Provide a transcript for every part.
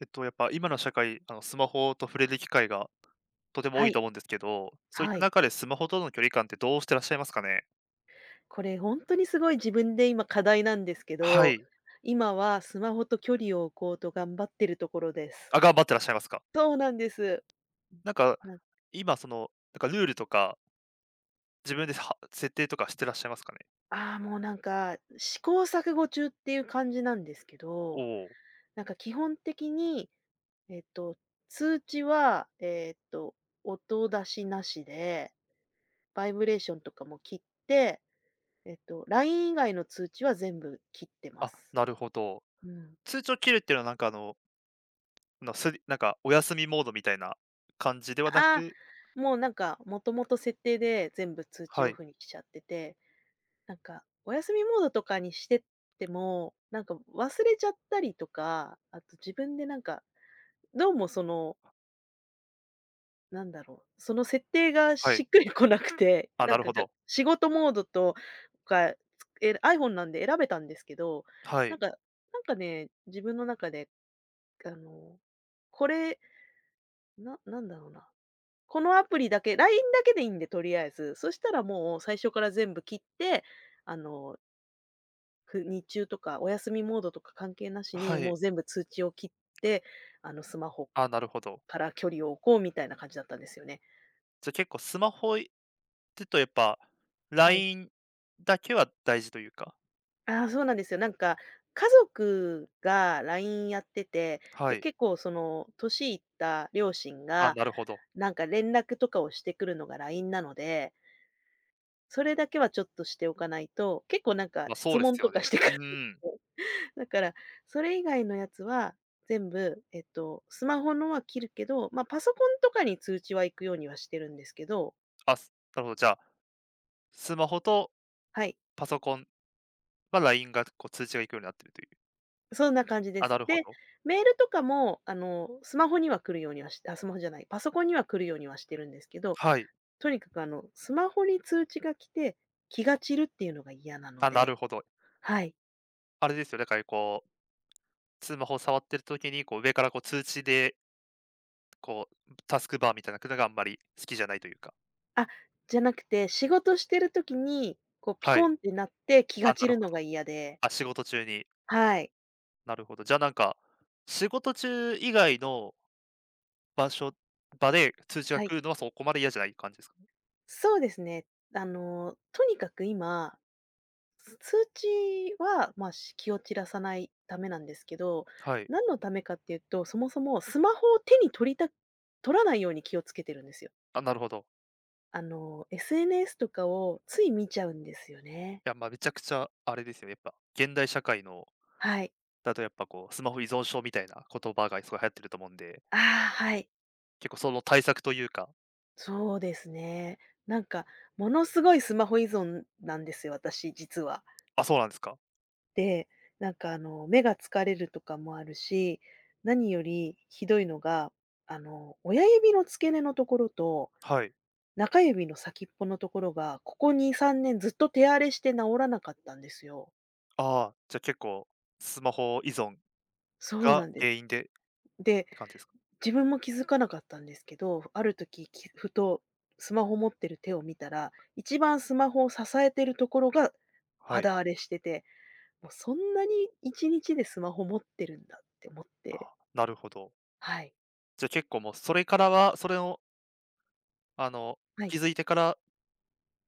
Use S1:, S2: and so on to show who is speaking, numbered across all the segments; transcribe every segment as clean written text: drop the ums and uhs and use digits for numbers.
S1: やっぱ今の社会、スマホと触れる機会がとても
S2: は
S1: 多いと
S2: い、
S1: 思うんですけど、そういっ
S2: は
S1: た
S2: い。
S1: 中でスマホとの距離感ってどうしてらっしゃいますかね？
S2: これ本当にすごい自分で今課題なんですけ
S1: は
S2: ど、
S1: い。
S2: 今はスマホと距離を置こうと頑張ってるところです。
S1: あ、頑張ってらっしゃいますか。
S2: そうなんです。
S1: なんか、
S2: な
S1: 今その、なんかルールとか、自分では設定とかしてらっしゃいますかね？
S2: もう試行錯誤中っていう感じなんですけ
S1: お
S2: ど、
S1: お、
S2: 基本的に、えっと、通知は、音出しなしで、バイブレーションとかも切って、LINE 以外の通知は全部切ってま
S1: あ、
S2: す。
S1: なるほど。
S2: うん。
S1: 通知を切るっていうのはなんかあの、のすりなんかお休みモードみたいな感じではな
S2: あ
S1: く。
S2: あ。もうなんか、もともと設定で全部通知
S1: は
S2: オ
S1: い、
S2: フにしちゃってて、お休みモードとかにしてっても、忘れちゃったりとか、あと自分でどうもその、なんだろう、その設定が
S1: は
S2: し
S1: い。
S2: っくりこなくて、
S1: あ、
S2: な
S1: な
S2: ん
S1: る
S2: か
S1: ほ
S2: が
S1: ど。
S2: 仕事モードとか、つiPhone なんで選べたんですけど、
S1: は
S2: なん
S1: い、
S2: かなんかね、自分の中で、あの、これ、なこのアプリだけ、LINE だけでいいんで、とりあえず。そしたらもう最初から全部切って、あの、く日中とかお休みモードとか関係なしに、
S1: は
S2: もう
S1: い。
S2: 全部通知を切って、スマホ
S1: あ、なるほど。
S2: から距離を置こうみたいな感じだったんですよね。
S1: じゃ、結構スマホちょっとやっぱ、ラ
S2: はい。
S1: インだけは大事というか。
S2: ああ、そうなんですよ。家族が LINE やってて、
S1: は
S2: で、
S1: い。
S2: 結構その、年いった両親
S1: あ、
S2: が、
S1: なるほど。
S2: 連絡とかをしてくるのが LINE なので、それだけはちょっとしておかないと、結構
S1: まあ、そ
S2: 質
S1: うで
S2: 問
S1: す
S2: と
S1: よ
S2: か
S1: ね。
S2: してくるんで
S1: う
S2: す
S1: ん。
S2: よ。だから、それ以外のやつは全部、スマホのは切るけど、まあ、パソコンとかに通知は行くようにはしてるんですけど、
S1: あ、なるほど。じゃあ、スマホと
S2: はい、
S1: パソコンはラインがこう通知が行くようになってるという。
S2: そんな感じで
S1: あ、
S2: す。
S1: なるほ
S2: で、
S1: ど。
S2: メールとかも、スマホには来るようにはしあ、スマホじゃない、パソコンには来るようにはしてるんですけど、
S1: はい。
S2: とにかくスマホに通知が来て、気が散るっていうのが嫌なの
S1: あ、な
S2: で、
S1: るほど。
S2: はい。
S1: あれですよ、だからこう、スマホを触ってる時に、こう上からこう通知で、こうタスクバーみたいなのがあんまり好きじゃないというか。
S2: あ、じゃなくて、仕事してる時に、こうピ
S1: は
S2: コ
S1: い。
S2: ンって鳴って気が
S1: あ、な
S2: 散
S1: る
S2: る
S1: ほ
S2: のが
S1: ど。
S2: 嫌で。
S1: あ、仕事中に。
S2: はい。
S1: なるほど。じゃあなんか、仕事中以外の場所場で通知が
S2: は
S1: 来
S2: い。
S1: るのはそこまで嫌じゃない感じですかね。
S2: そうですね。とにかく今、つ通知は、まあ、し気を散らさないためなんですけど、
S1: はい。
S2: 何のためかっていうと、そもそもスマホを手に取りた取らないように気をつけてるんですよ。
S1: あ、なるほど。
S2: SNS とかをつい見ちゃうんですよね。
S1: いや、まあ、めちゃくちゃあれですよね、やっぱ、現代社会の
S2: はい。
S1: だとやっぱこう、スマホ依存症みたいな言葉がすごい流行ってると思うんで、
S2: ああ、はい。
S1: 結構その対策というか。
S2: そうですね。なんか、ものすごいスマホ依存なんですよ、私、実は。
S1: あ、そうなんですか。
S2: で、目が疲れるとかもあるし、何よりひどいのが、親指の付け根のところと、
S1: はい。
S2: 中指の先っぽのところが、ここ2、3年ずっと手荒れして治らなかったんですよ。
S1: ああ、じゃあ結構スマホ依存
S2: そうな
S1: が
S2: んで
S1: 原
S2: す。
S1: 因でっ
S2: で
S1: て感じですか？
S2: 自分も気づかなかったんですけど、ある時、きふとスマホ持ってる手を見たら、一番スマホを支えてるところが
S1: はい、
S2: 肌荒れしてて、もうそんなに1日でスマホ持ってるんだって思って。
S1: なるほど。
S2: はい。
S1: じゃあ結構もうそれからは、それをあの、
S2: はい。
S1: 気づいてから、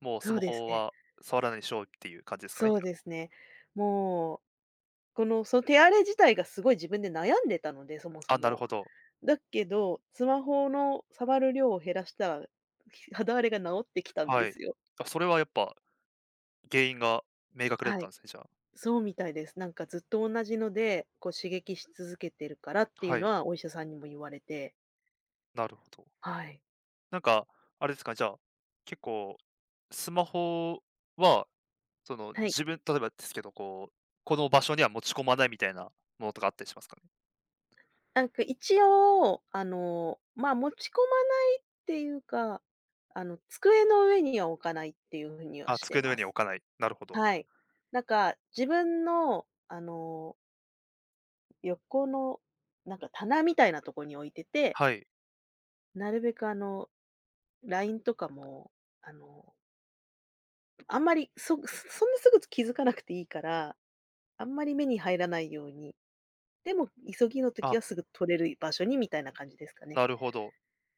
S1: もうス
S2: そう
S1: マ
S2: です
S1: ホ
S2: ね。
S1: は触らないでしょうっていう感じですかね、
S2: そ
S1: じ
S2: う
S1: ゃ
S2: ですね。もう、この、その手荒れ自体がすごい自分で悩んでたので、そもそ
S1: あ。あ、なる
S2: も。
S1: ほど。
S2: だけど、スマホの触る量を減らしたら、ひ肌荒れが治ってきたんで
S1: はい。
S2: すよ。
S1: あ、それはやっぱ原因が明確だっ
S2: は
S1: た
S2: い。
S1: んですね、じゃあ。
S2: そうみたいです。ずっと同じので、こう刺激し続けてるからってい
S1: は
S2: うの
S1: い、
S2: はお医者さんにも言われて、
S1: なるほど。
S2: はい。
S1: なんか、あれですか、じゃあ、結構、スマホは、その、
S2: はい。
S1: 自分例えばですけど、こう、この場所には持ち込まないみたいなものとかあったりしますかね？
S2: 一応、まあ、持ち込まないっていうか、机の上には置かないっていう風には
S1: あ、
S2: して
S1: 机の上
S2: ま
S1: に置
S2: す。
S1: かない。なるほど。
S2: はい。なんか自分の、横のなんか棚みたいなとこに置いてて、
S1: はい。
S2: なるべくラインとかも、あの、あんまりそそんなすぐ気づかなくていいからあんまり目に入らないように、でも急ぎの時
S1: あ、
S2: はすぐ取れる場所にみたいな感じですかね。
S1: なるほど。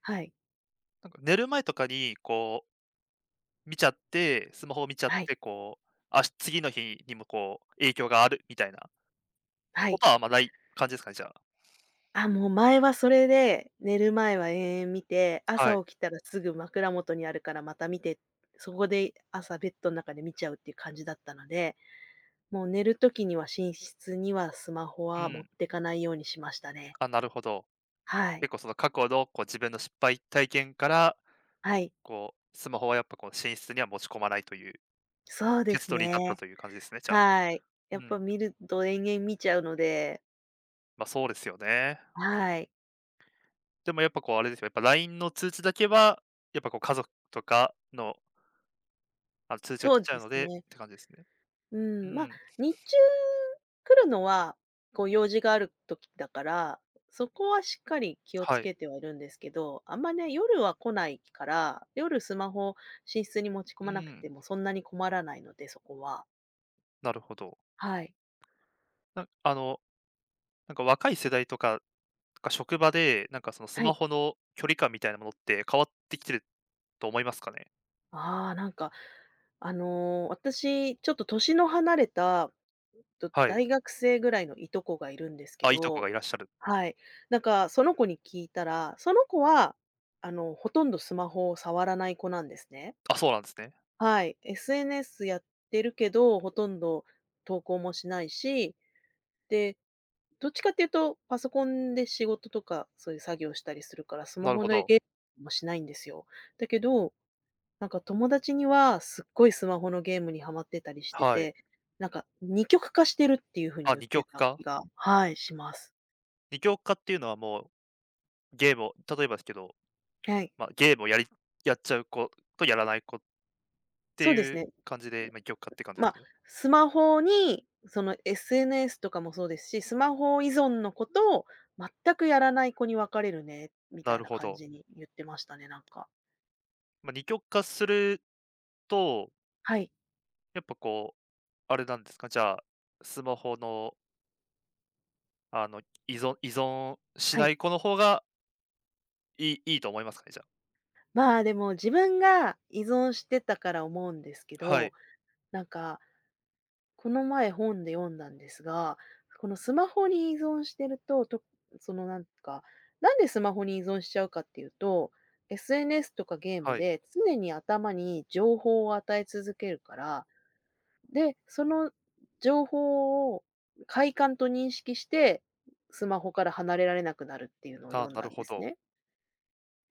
S2: はい。
S1: なんか寝る前とかに、こう、見ちゃって、スマホを見ちゃっ
S2: はい。
S1: て、こう、次の日にも、こう、影響があるみたいな
S2: は
S1: こ
S2: い。
S1: とはあまあない感じですかね、じゃあ。
S2: あ、もう前はそれで、寝る前は延々見て、
S1: は
S2: 朝
S1: い。
S2: 起きたらすぐ枕元にあるからまた見て、そこで朝ベッドの中で見ちゃうっていう感じだったので、もう寝る時には寝室にはスマホ
S1: う
S2: は持っ
S1: ん。
S2: てかないようにしましたね。
S1: あ、なるほど。
S2: はい。
S1: 結構その過去のこう自分の失敗体験から、
S2: はい。
S1: こうスマホはやっぱこう寝室には持ち込まないという
S2: そうで
S1: 結
S2: す
S1: 論に至った
S2: ね。
S1: という感じですね、じゃあ。
S2: はい。や
S1: う
S2: っ
S1: ん。
S2: ぱ見ると延々見ちゃうので、
S1: ま、そうですよね。
S2: はい。
S1: でもやっぱこうあれですよ、やっぱ LINE の通知だけは、やっぱこう家族とかの、あの通知が
S2: そ
S1: 来
S2: う
S1: ちゃ
S2: で
S1: うの
S2: す
S1: でっ
S2: ね。
S1: て感じですね。
S2: う
S1: う
S2: ん、ま、あ
S1: ん、
S2: 日中来るのは、こう用事がある時だから、そこはしっかり気をつ
S1: はい。
S2: けてはいるんですけど、あんまね、夜は来ないから、夜スマホ寝室に持ち込
S1: う
S2: まなく
S1: ん、
S2: てもそんなに困らないので、そこは。
S1: なるほど。
S2: はい。
S1: なあの、なんか若い世代とかが職場で、なんかそのス
S2: は
S1: マ
S2: い。
S1: ホの距離感みたいなものって変わってきてると思いますかね？
S2: ああ、私、ちょっと年の離れた、と、
S1: はい。
S2: 大学生ぐらいのいとこがいるんですけ
S1: あ、いとこ
S2: ど、
S1: がいらっしゃる。
S2: はい。その子に聞いたら、その子は、ほとんどスマホを触らない子なんですね。
S1: あ、そうなんですね。
S2: はい。SNS やってるけど、ほとんど投稿もしないし、で、どっちかっていうと、パソコンで仕事とか、そういう作業したりするから、スマ
S1: なる
S2: ホ
S1: ほ
S2: の
S1: ど。
S2: ゲームもしないんですよ。だけど友達には、すっごいスマホのゲームにハマってたりして
S1: はい。
S2: て、二極化してるっていう風に
S1: あ、
S2: 言っ
S1: 二
S2: て
S1: 極
S2: た
S1: 化？
S2: 気が、はい、します。
S1: 二極化っていうのはもう、ゲームを例えばですけど、
S2: はい。
S1: まあ、ゲームをやっちゃう子とやらない子って
S2: そうです
S1: いう
S2: ね。
S1: 感じで、まあ、二極化って感じで
S2: ま
S1: す
S2: あ、
S1: かね。
S2: スマホに、その SNS とかもそうですし、スマホ依存のこと、を全くやらない子に分かれるね、みた
S1: な
S2: い
S1: る
S2: な
S1: ほ
S2: 感
S1: ど。
S2: じに言ってましたね、
S1: まあ、二極化すると、
S2: はい、
S1: やっぱこう、あれなんですか、じゃあ、スマホの、あの、依存し
S2: は
S1: な
S2: い。
S1: い子の方がいいと思いますかね、じゃあ。
S2: まあ、でも自分が依存してたから思うんですけ
S1: は
S2: ど、
S1: い、
S2: なんかこの前本で読んだんですが、このスマホに依存してると、とそのなんか、なんでスマホに依存しちゃうかっていうと、SNS とかゲーム
S1: はい。
S2: で常に頭に情報を与え続けるから、で、その情報を快感と認識して、スマホから離れられなくなるっていうのを
S1: あ、
S2: 読ん
S1: な
S2: だ
S1: る
S2: んで
S1: ほ
S2: す
S1: ど。
S2: ね。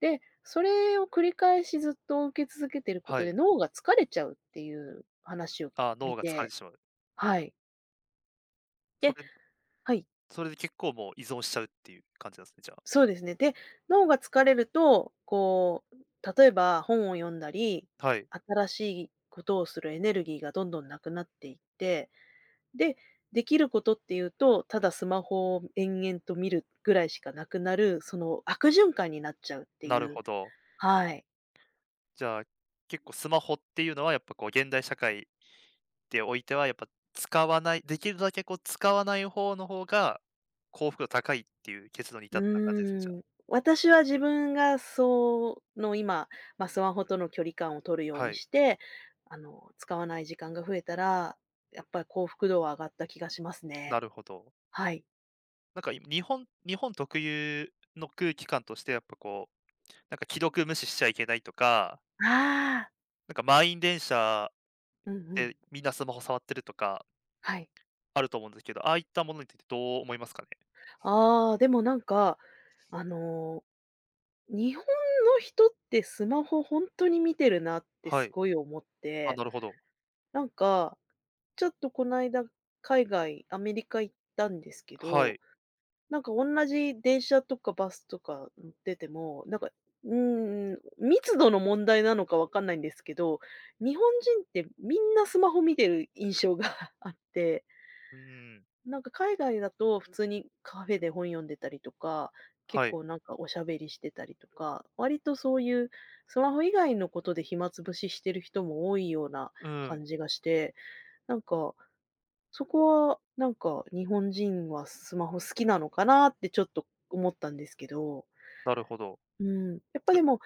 S2: で、それを繰り返しずっと受け続けてること
S1: は
S2: で
S1: い。
S2: 脳が疲れちゃうっていう話を
S1: あ、
S2: 見
S1: 脳が疲れ
S2: て、
S1: てしまう。
S2: はい。
S1: そ
S2: で
S1: れ
S2: はい。
S1: それで結構もう依存しちゃうっていう感じなんですね、じゃあ。
S2: そうですね。で、脳が疲れると、こう、例えば本を読んだり、
S1: はい、
S2: 新しいことをするエネルギーがどんどんなくなっていって、で、できることっていうと、ただスマホを延々と見るぐらいしかなくなる、その悪循環になっちゃうってい
S1: なる
S2: う。
S1: ほど。
S2: はい。
S1: じゃあ、結構スマホっていうのはやっぱこう現代社会でおいてはやっぱ使わない、できるだけこう使わない方の方が幸福度高いっていう結論に至
S2: う
S1: った感じですね、じゃ
S2: ー
S1: あ。
S2: ん。私は自分がその今、まあ、スマホとの距離感を取るよう
S1: は
S2: に
S1: い、
S2: して、使わない時間が増えたら、やっぱり幸福度は上がった気がしますね。
S1: なるほど。
S2: はい。
S1: なんか日本特有の空気感としてやっぱこう、なんか既読無視しちゃいけないとか、
S2: ああ、
S1: なんか満員電車
S2: うんうん。
S1: でみんなスマホ触ってるとか
S2: はい。
S1: あると思うんですけど、ああいったものについてどう思いますかね？
S2: ああ、でもなんか、あの、日本の人ってスマホ本当に見てるなって
S1: は
S2: す
S1: い。
S2: ごい思っ
S1: あ、
S2: て、
S1: なるほど。
S2: なんか、ちょっとこないだ海外、アメリカ行ったんですけ
S1: は
S2: ど、
S1: い。
S2: なんか同じ電車とかバスとか乗ってても、密度の問題なのかわかんないんですけど、日本人ってみんなスマホ見てる印象が あって、
S1: うん、
S2: なんか海外だと普通にカフェで本読んでたりとか、結
S1: はい。
S2: 構なんかおしゃべりしてたりとか、割とそういうスマホ以外のことで暇つぶししてる人も多いような
S1: うん、
S2: 感じがして、なんか、そこはなんか日本人はスマホ好きなのかなってちょっと思ったんですけど、
S1: なるほど。
S2: うん、やっぱ
S1: な
S2: でも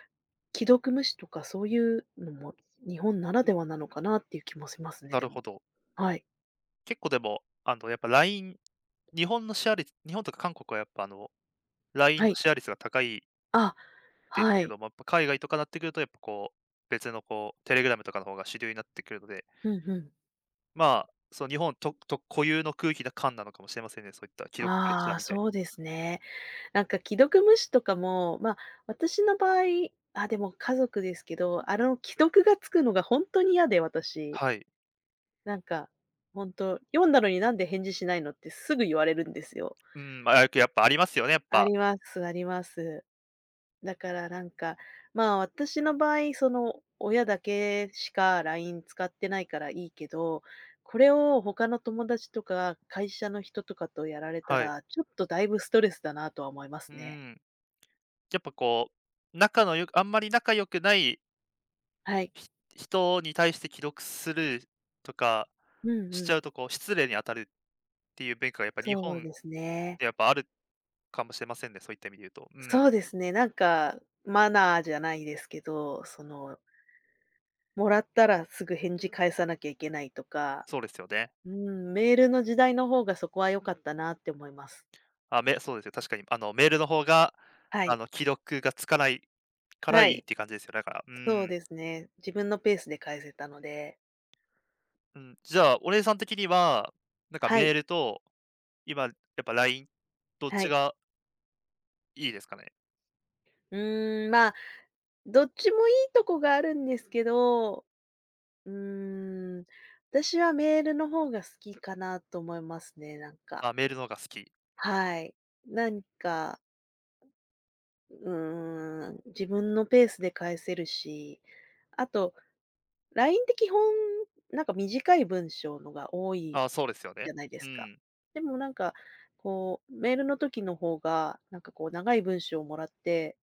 S2: 既読無視とかそういうのも日本ならではなのかなっていう気もしますね、
S1: な
S2: で
S1: るほ
S2: も。
S1: ど。
S2: はい。
S1: 結構でも、あの、やっぱライン、日本のシェア率、日本とか韓国はやっぱあの、LINE
S2: は
S1: の
S2: い。
S1: シェア率が高い
S2: あ、
S1: です
S2: は
S1: け
S2: い。
S1: ども、やっぱ海外とかなってくると、やっぱこう、別のこう、テレグラムとかの方が主流になってくるので、
S2: うんうん。
S1: まあ、そう日本と固有の空気な感なのかもしれませんね、そういった既読プレッシャ
S2: あ
S1: ー
S2: あ、
S1: みたいな。
S2: そうですね。なんか既読無視とかも、ま、私の場合、あ、でも家族ですけど、あの既読がつくのが本当に嫌で、私。
S1: はい。
S2: なんか、本当読んだのになんで返事しないのってすぐ言われるんですよ。
S1: うん、まあ、やっぱありますよね、やっ
S2: あり
S1: ぱ。
S2: ますあります。だからなんか、まあ、私の場合、その、親だけしか LINE 使ってないからいいけど、これを他の友達とか会社の人とかとやられた
S1: はい。
S2: ら、ちょっとだいぶストレスだなとは思いま
S1: う
S2: すね。
S1: ん。やっぱこう、仲のよくあんまり仲良くない
S2: はい。
S1: ひ人に対して既読するとか
S2: うん
S1: し
S2: う
S1: ち
S2: ん。
S1: ゃうとこう、失礼に当たるっていう文化がやっぱ日
S2: そう
S1: 本
S2: ですね。
S1: てやっぱあるかもしれませんね、そういった意味で言うと。うん、
S2: そうですね、マナーじゃないですけど、その、もらったらすぐ返事返さなきゃいけないとか、
S1: そうですよね。
S2: うん、メールの時代の方がそこは良かったなって思います。
S1: あ、そうですよ。確かにあのメールの方が、
S2: は
S1: あ
S2: い。
S1: の既読がつかないから
S2: は
S1: いいっ
S2: い。
S1: て感じですよね。だから、う
S2: そう
S1: ん。
S2: ですね。自分のペースで返せたので。
S1: うん、じゃあ、お姉さん的には、なんか
S2: は
S1: メ
S2: い。
S1: ールと、今やっぱ LINE、どっ
S2: は
S1: ち
S2: い。
S1: がいいですかね？
S2: うーん、まあ、どっちもいいとこがあるんですけど、うーん、私はメールの方が好きかなと思いますね、なんか。
S1: あ、メールの方が好き。
S2: はい。なんか、う自分のペースで返せるし、あと、LINE って基本、なんか短い文章のが多い
S1: あ、そうですよ
S2: じ
S1: ね。
S2: ゃないで
S1: う
S2: すか。
S1: ん。
S2: でもなんか、こう、メールの時の方が、なんかこう、長い文章をもらって、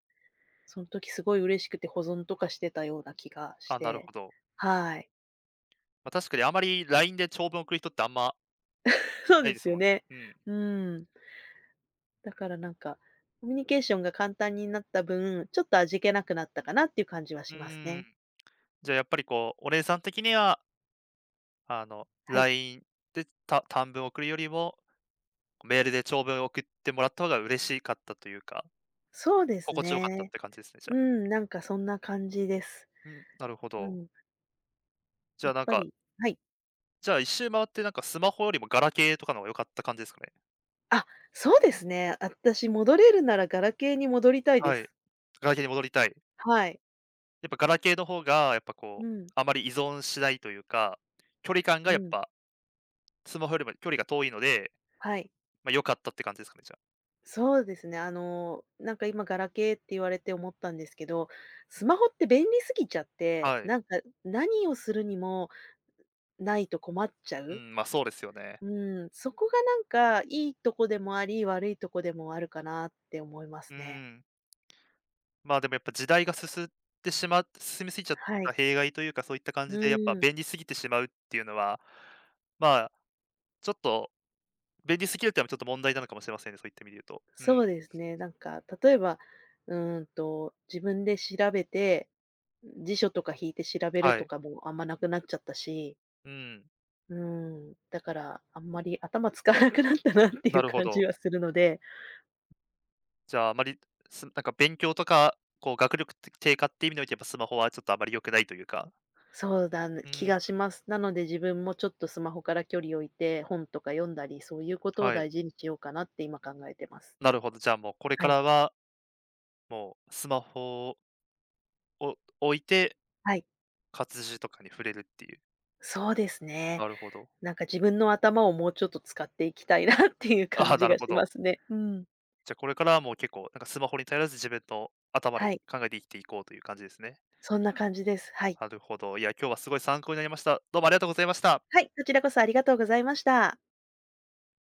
S2: その時すごい嬉しくて保存とかしてたような気がし
S1: あ、なる
S2: て。
S1: ほど。
S2: はい。
S1: まあ、確かにあまり LINE で長文送る人ってあんま
S2: そう
S1: ない
S2: で
S1: で
S2: す
S1: す
S2: よ
S1: もんね。
S2: ね。
S1: うん。
S2: うん。だからなんか、コミュニケーションが簡単になった分、ちょっと味気なくなったかなっていう感じは
S1: う
S2: します
S1: ーん。
S2: ね。
S1: じゃあやっぱりこう、お姉さん的にはあの、
S2: はい。
S1: LINE で短文を送るよりも、メールで長文を送ってもらった方が嬉しかったというか、
S2: そうです
S1: 心地よかったっ
S2: ね。
S1: て感じですね、じゃ
S2: う
S1: あ。
S2: ん、なんかそんな感じです。
S1: うん、なるほ
S2: う
S1: ど。
S2: ん。
S1: じ
S2: や
S1: ゃあ
S2: っ
S1: なん
S2: ぱ
S1: か、
S2: りはい。
S1: じゃあ一周回ってなんかスマホよりもガラケーとかの方が良かった感じですかね？
S2: あ、そうですね。私戻れるならガラケーに戻りたいで
S1: はい。
S2: す。
S1: ガラケーに戻りたい。
S2: はい。
S1: やっぱガラケーの方が、やっぱ
S2: う
S1: こう、
S2: ん、
S1: あまり依存しないというか、距離感
S2: う
S1: がやっ
S2: ん。
S1: ぱスマホよりも距離が遠いので、
S2: はい。
S1: ま、良かったって感じですかね、じゃ
S2: そうですね。なんか今ガラケーって言われて思ったんですけど、スマホって便利すぎちゃっ
S1: あ。
S2: て、
S1: はい。
S2: なんか何をするにもないと困っちゃ
S1: う
S2: う。
S1: ん、ま、そうですよね。
S2: うん、そこがなんかいいとこでもあり、悪いとこでもあるかなって思いま
S1: う
S2: す
S1: ー
S2: ね。
S1: ん。まあ、でもやっぱ時代が進んでしま進みすぎちゃっ
S2: はい。
S1: た弊害というか、そういった感
S2: う
S1: じでやっぱ
S2: ん。
S1: 便利すぎてしまうっていうのは、まあ、ちょっと便利すぎるっていうのはちょっと問題なのかもしれませんね、そういった意味で言うと。うん、
S2: そうですね。なんか、例えば、自分で調べて、辞書とか引いて調べる
S1: は
S2: と
S1: い。
S2: かもあんまなくなっちゃったし、
S1: うん、
S2: うん、だから、あんまり頭使わなくなったなってい
S1: な
S2: う
S1: るほ
S2: 感じ
S1: ど。
S2: はするので、
S1: じゃあ、あまり、なんか勉強とか、こう学力低下っていう意味において、やっぱスマホはちょっとあまり良くないというか。
S2: そうだね
S1: う
S2: 気
S1: ん、
S2: がします。なので自分もちょっとスマホから距離を置いて、本とか読んだり、そういうことを
S1: はい。
S2: 大事にしようかなって今考えてます。
S1: なるほど、じゃあもうこれ
S2: は
S1: か
S2: い。
S1: らは、もうスマホを置いて、
S2: はい。
S1: 活字とかに触れるっていう。
S2: そうですね。
S1: なるほど。
S2: なんか自分の頭をもうちょっと使っていきたいなっていう
S1: あ
S2: 感
S1: あ、
S2: じ
S1: なる
S2: が
S1: ほ
S2: し
S1: ど。
S2: ますね。うん。
S1: じゃ、あこれからはもう結構、なんかスマホに頼らず自分の頭で
S2: はい。
S1: 考えて生きていこうという感じですね。
S2: そんな感じです。はい。
S1: なるほど。いや、今日はすごい参考になりました。どうもありがとうございました。
S2: はい、こちらこそありがとうございました。